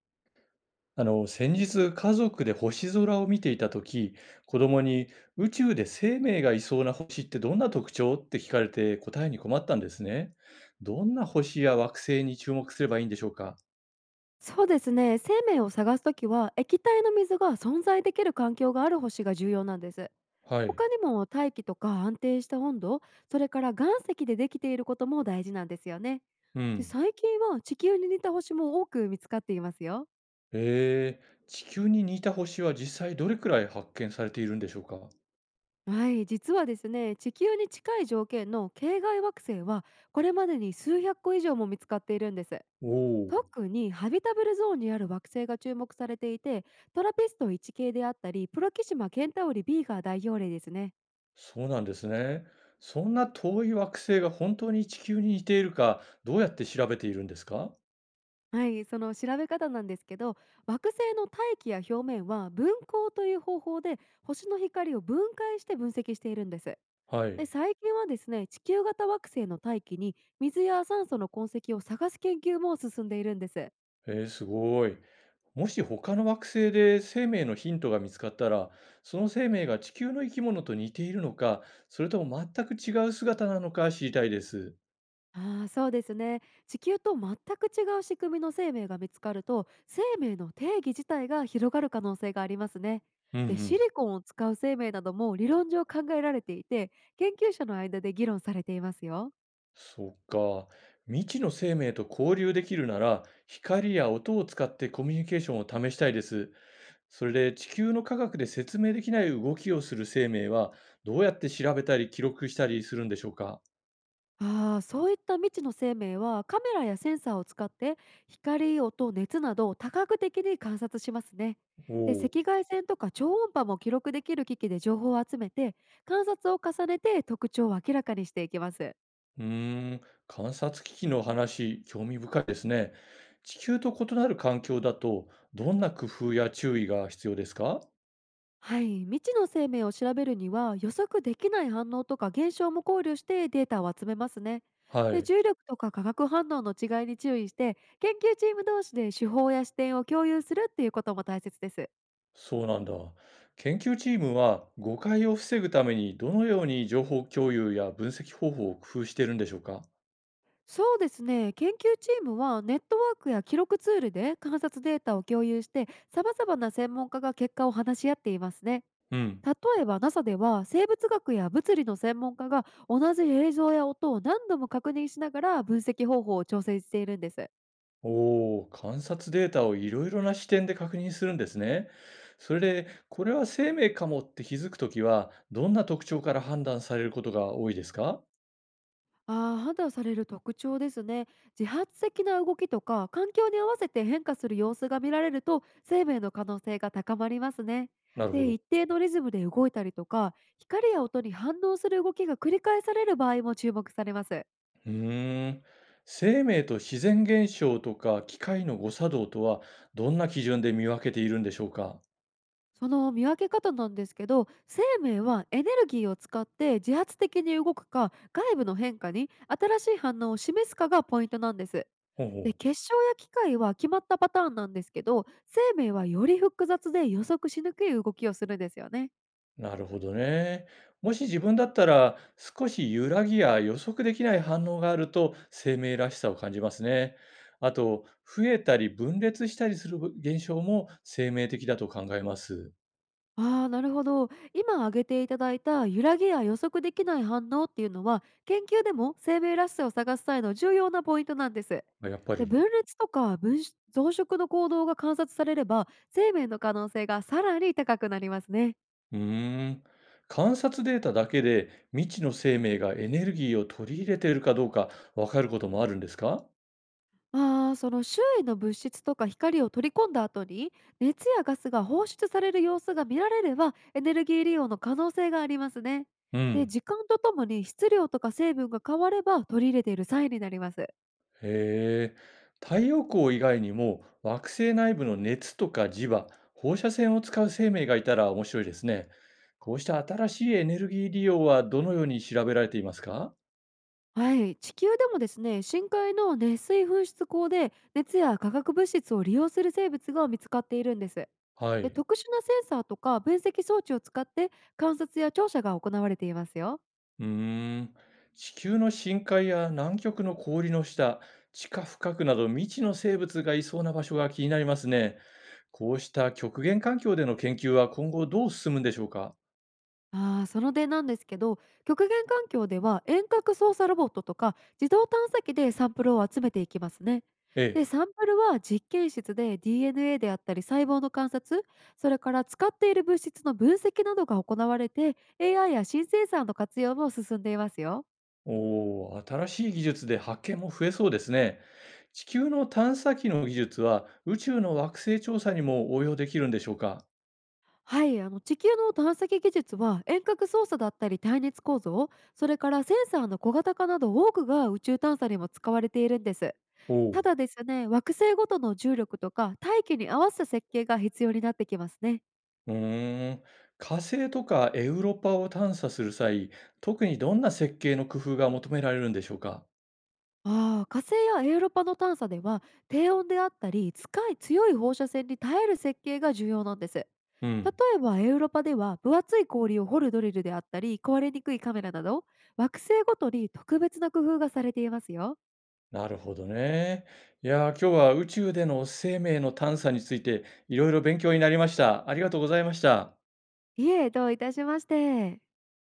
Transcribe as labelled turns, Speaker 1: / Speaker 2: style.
Speaker 1: 先日家族で星空を見ていた時、子供に宇宙で生命がいそうな星ってどんな特徴って聞かれて答えに困ったんですね。どんな星や惑星に注目すればいいんでしょうか？
Speaker 2: そうですね、生命を探すときは液体の水が存在できる環境がある星が重要なんです。
Speaker 1: はい。
Speaker 2: 他にも大気とか安定した温度、それから岩石でできていることも大事なんですよね。
Speaker 1: う
Speaker 2: で、
Speaker 1: ん。
Speaker 2: 最近は地球に似た星も多く見つかっていますよ。
Speaker 1: 地球に似た星は実際どれくらい発見されているんでしょうか？
Speaker 2: はい、実はですね、地球に近い条件の系外惑星はこれまでに数百個以上も見つかっているんです。
Speaker 1: おお。
Speaker 2: 特にハビタブルゾーンにある惑星が注目されていて、トラピスト1系であったりプロキシマケンタウリ B が代表例ですね。
Speaker 1: そうなんですね。そんな遠い惑星が本当に地球に似ているか、どうやって調べているんですか？
Speaker 2: はい、その調べ方なんですけど、惑星の大気や表面は分光という方法で星の光を分解して分析しているんです。
Speaker 1: はい。
Speaker 2: で、最近はですね、地球型惑星の大気に水や酸素の痕跡を探す研究も進んでいるんです。
Speaker 1: ええ、すごい。もし他の惑星で生命のヒントが見つかったら、その生命が地球の生き物と似ているのか、それとも全く違う姿なのか知りたいです。
Speaker 2: ああ、そうですね。地球と全く違う仕組みの生命が見つかると、生命の定義自体が広がる可能性がありますね。
Speaker 1: うんう
Speaker 2: で、シリ
Speaker 1: ん。
Speaker 2: コンを使う生命なども理論上考えられていて、研究者の間で議論されていますよ。
Speaker 1: そっか。未知の生命と交流できるなら、光や音を使ってコミュニケーションを試したいです。それで地球の科学で説明できない動きをする生命は、どうやって調べたり記録したりするんでしょうか？
Speaker 2: ああ、そういった未知の生命はカメラやセンサーを使って光、音、熱などを多角的に観察しますね。
Speaker 1: お
Speaker 2: で、
Speaker 1: おー。
Speaker 2: 赤外線とか超音波も記録できる機器で情報を集めて、観察を重ねて特徴を明らかにしていきます。
Speaker 1: うーん、観察機器の話、興味深いですね。地球と異なる環境だと、どんな工夫や注意が必要ですか？
Speaker 2: はい、未知の生命を調べるには予測できない反応とか現象も考慮してデータを集めますね。
Speaker 1: は
Speaker 2: で、
Speaker 1: い、
Speaker 2: 重力とか化学反応の違いに注意して、研究チーム同士で手法や視点を共有するっていうことも大切です。
Speaker 1: そうなんだ。研究チームは誤解を防ぐためにどのように情報共有や分析方法を工夫しているんでしょうか？
Speaker 2: そうですね、研究チームはネットワークや記録ツールで観察データを共有して、様々な専門家が結果を話し合っていますね。
Speaker 1: うん。
Speaker 2: 例えば NASA では生物学や物理の専門家が同じ映像や音を何度も確認しながら分析方法を調整しているんです。
Speaker 1: おお、観察データをいろいろな視点で確認するんですね。それで、これは生命かもって気づくときは、どんな特徴から判断されることが多いですか？
Speaker 2: ああ、判断される特徴ですね。自発的な動きとか環境に合わせて変化する様子が見られると、生命の可能性が高まりますね。
Speaker 1: なるほ
Speaker 2: で、
Speaker 1: ど。
Speaker 2: 一定のリズムで動いたりとか光や音に反応する動きが繰り返される場合も注目されます。
Speaker 1: うーん。生命と自然現象とか機械の誤作動とはどんな基準で見分けているんでしょうか？
Speaker 2: その見分け方なんですけど、生命はエネルギーを使って自発的に動くか、外部の変化に新しい反応を示すかがポイントなんです。
Speaker 1: ほうほ
Speaker 2: で、
Speaker 1: う。
Speaker 2: 結晶や機械は決まったパターンなんですけど、生命はより複雑で予測しにくい動きをするんですよね。
Speaker 1: なるほどね。もし自分だったら少し揺らぎや予測できない反応があると生命らしさを感じますね。あと、増えたり分裂したりする現象も生命的だと考えます。
Speaker 2: ああ、なるほど。今挙げていただいた揺らぎや予測できない反応っていうのは、研究でも生命らしさを探す際の重要なポイントなんです。
Speaker 1: あ、やっぱ
Speaker 2: で、
Speaker 1: り。
Speaker 2: 分裂とか分子増殖の行動が観察されれば、生命の可能性がさらに高くなりますね。
Speaker 1: うーん。観察データだけで未知の生命がエネルギーを取り入れているかどうかわかることもあるんですか？
Speaker 2: ああ、その周囲の物質とか光を取り込んだ後に、熱やガスが放出される様子が見られれば、エネルギー利用の可能性がありますね。
Speaker 1: う
Speaker 2: で、
Speaker 1: ん。
Speaker 2: 時間とともに質量とか成分が変われば取り入れている際になります。
Speaker 1: へえ。太陽光以外にも惑星内部の熱とか磁場、放射線を使う生命がいたら面白いですね。こうした新しいエネルギー利用はどのように調べられていますか？
Speaker 2: はい、地球でもですね、深海の熱水噴出口で熱や化学物質を利用する生物が見つかっているんです。
Speaker 1: は
Speaker 2: で、
Speaker 1: い。
Speaker 2: 特殊なセンサーとか分析装置を使って観察や調査が行われていますよ。
Speaker 1: うーん。地球の深海や南極の氷の下、地下深くなど未知の生物がいそうな場所が気になりますね。こうした極限環境での研究は今後どう進むんでしょうか？
Speaker 2: ああ、その点なんですけど、極限環境では遠隔操作ロボットとか自動探査機でサンプルを集めていきますね。
Speaker 1: え
Speaker 2: で、
Speaker 1: え。
Speaker 2: サンプルは実験室で DNA であったり細胞の観察、それから使っている物質の分析などが行われて、AI や新生産の活用も進んでいますよ。
Speaker 1: おお、新しい技術で発見も増えそうですね。地球の探査機の技術は宇宙の惑星調査にも応用できるんでしょうか？
Speaker 2: はい、あの、地球の探査機技術は遠隔操作だったり耐熱構造、それからセンサーの小型化など多くが宇宙探査にも使われているんです。
Speaker 1: おう。
Speaker 2: ただですね、惑星ごとの重力とか大気に合わせた設計が必要になってきますね。
Speaker 1: うーん、火星とかエウロパを探査する際、特にどんな設計の工夫が求められるんでしょうか？
Speaker 2: ああ、火星やエウロパの探査では低温であったり使い強い放射線に耐える設計が重要なんです。例
Speaker 1: うん。
Speaker 2: えばエウロパでは分厚い氷を掘るドリルであったり壊れにくいカメラなど、惑星ごとに特別な工夫がされていますよ。
Speaker 1: なるほどね。いやー、今日は宇宙での生命の探査についていろいろ勉強になりました。ありがとうございました。
Speaker 2: いえ、どういたしまして。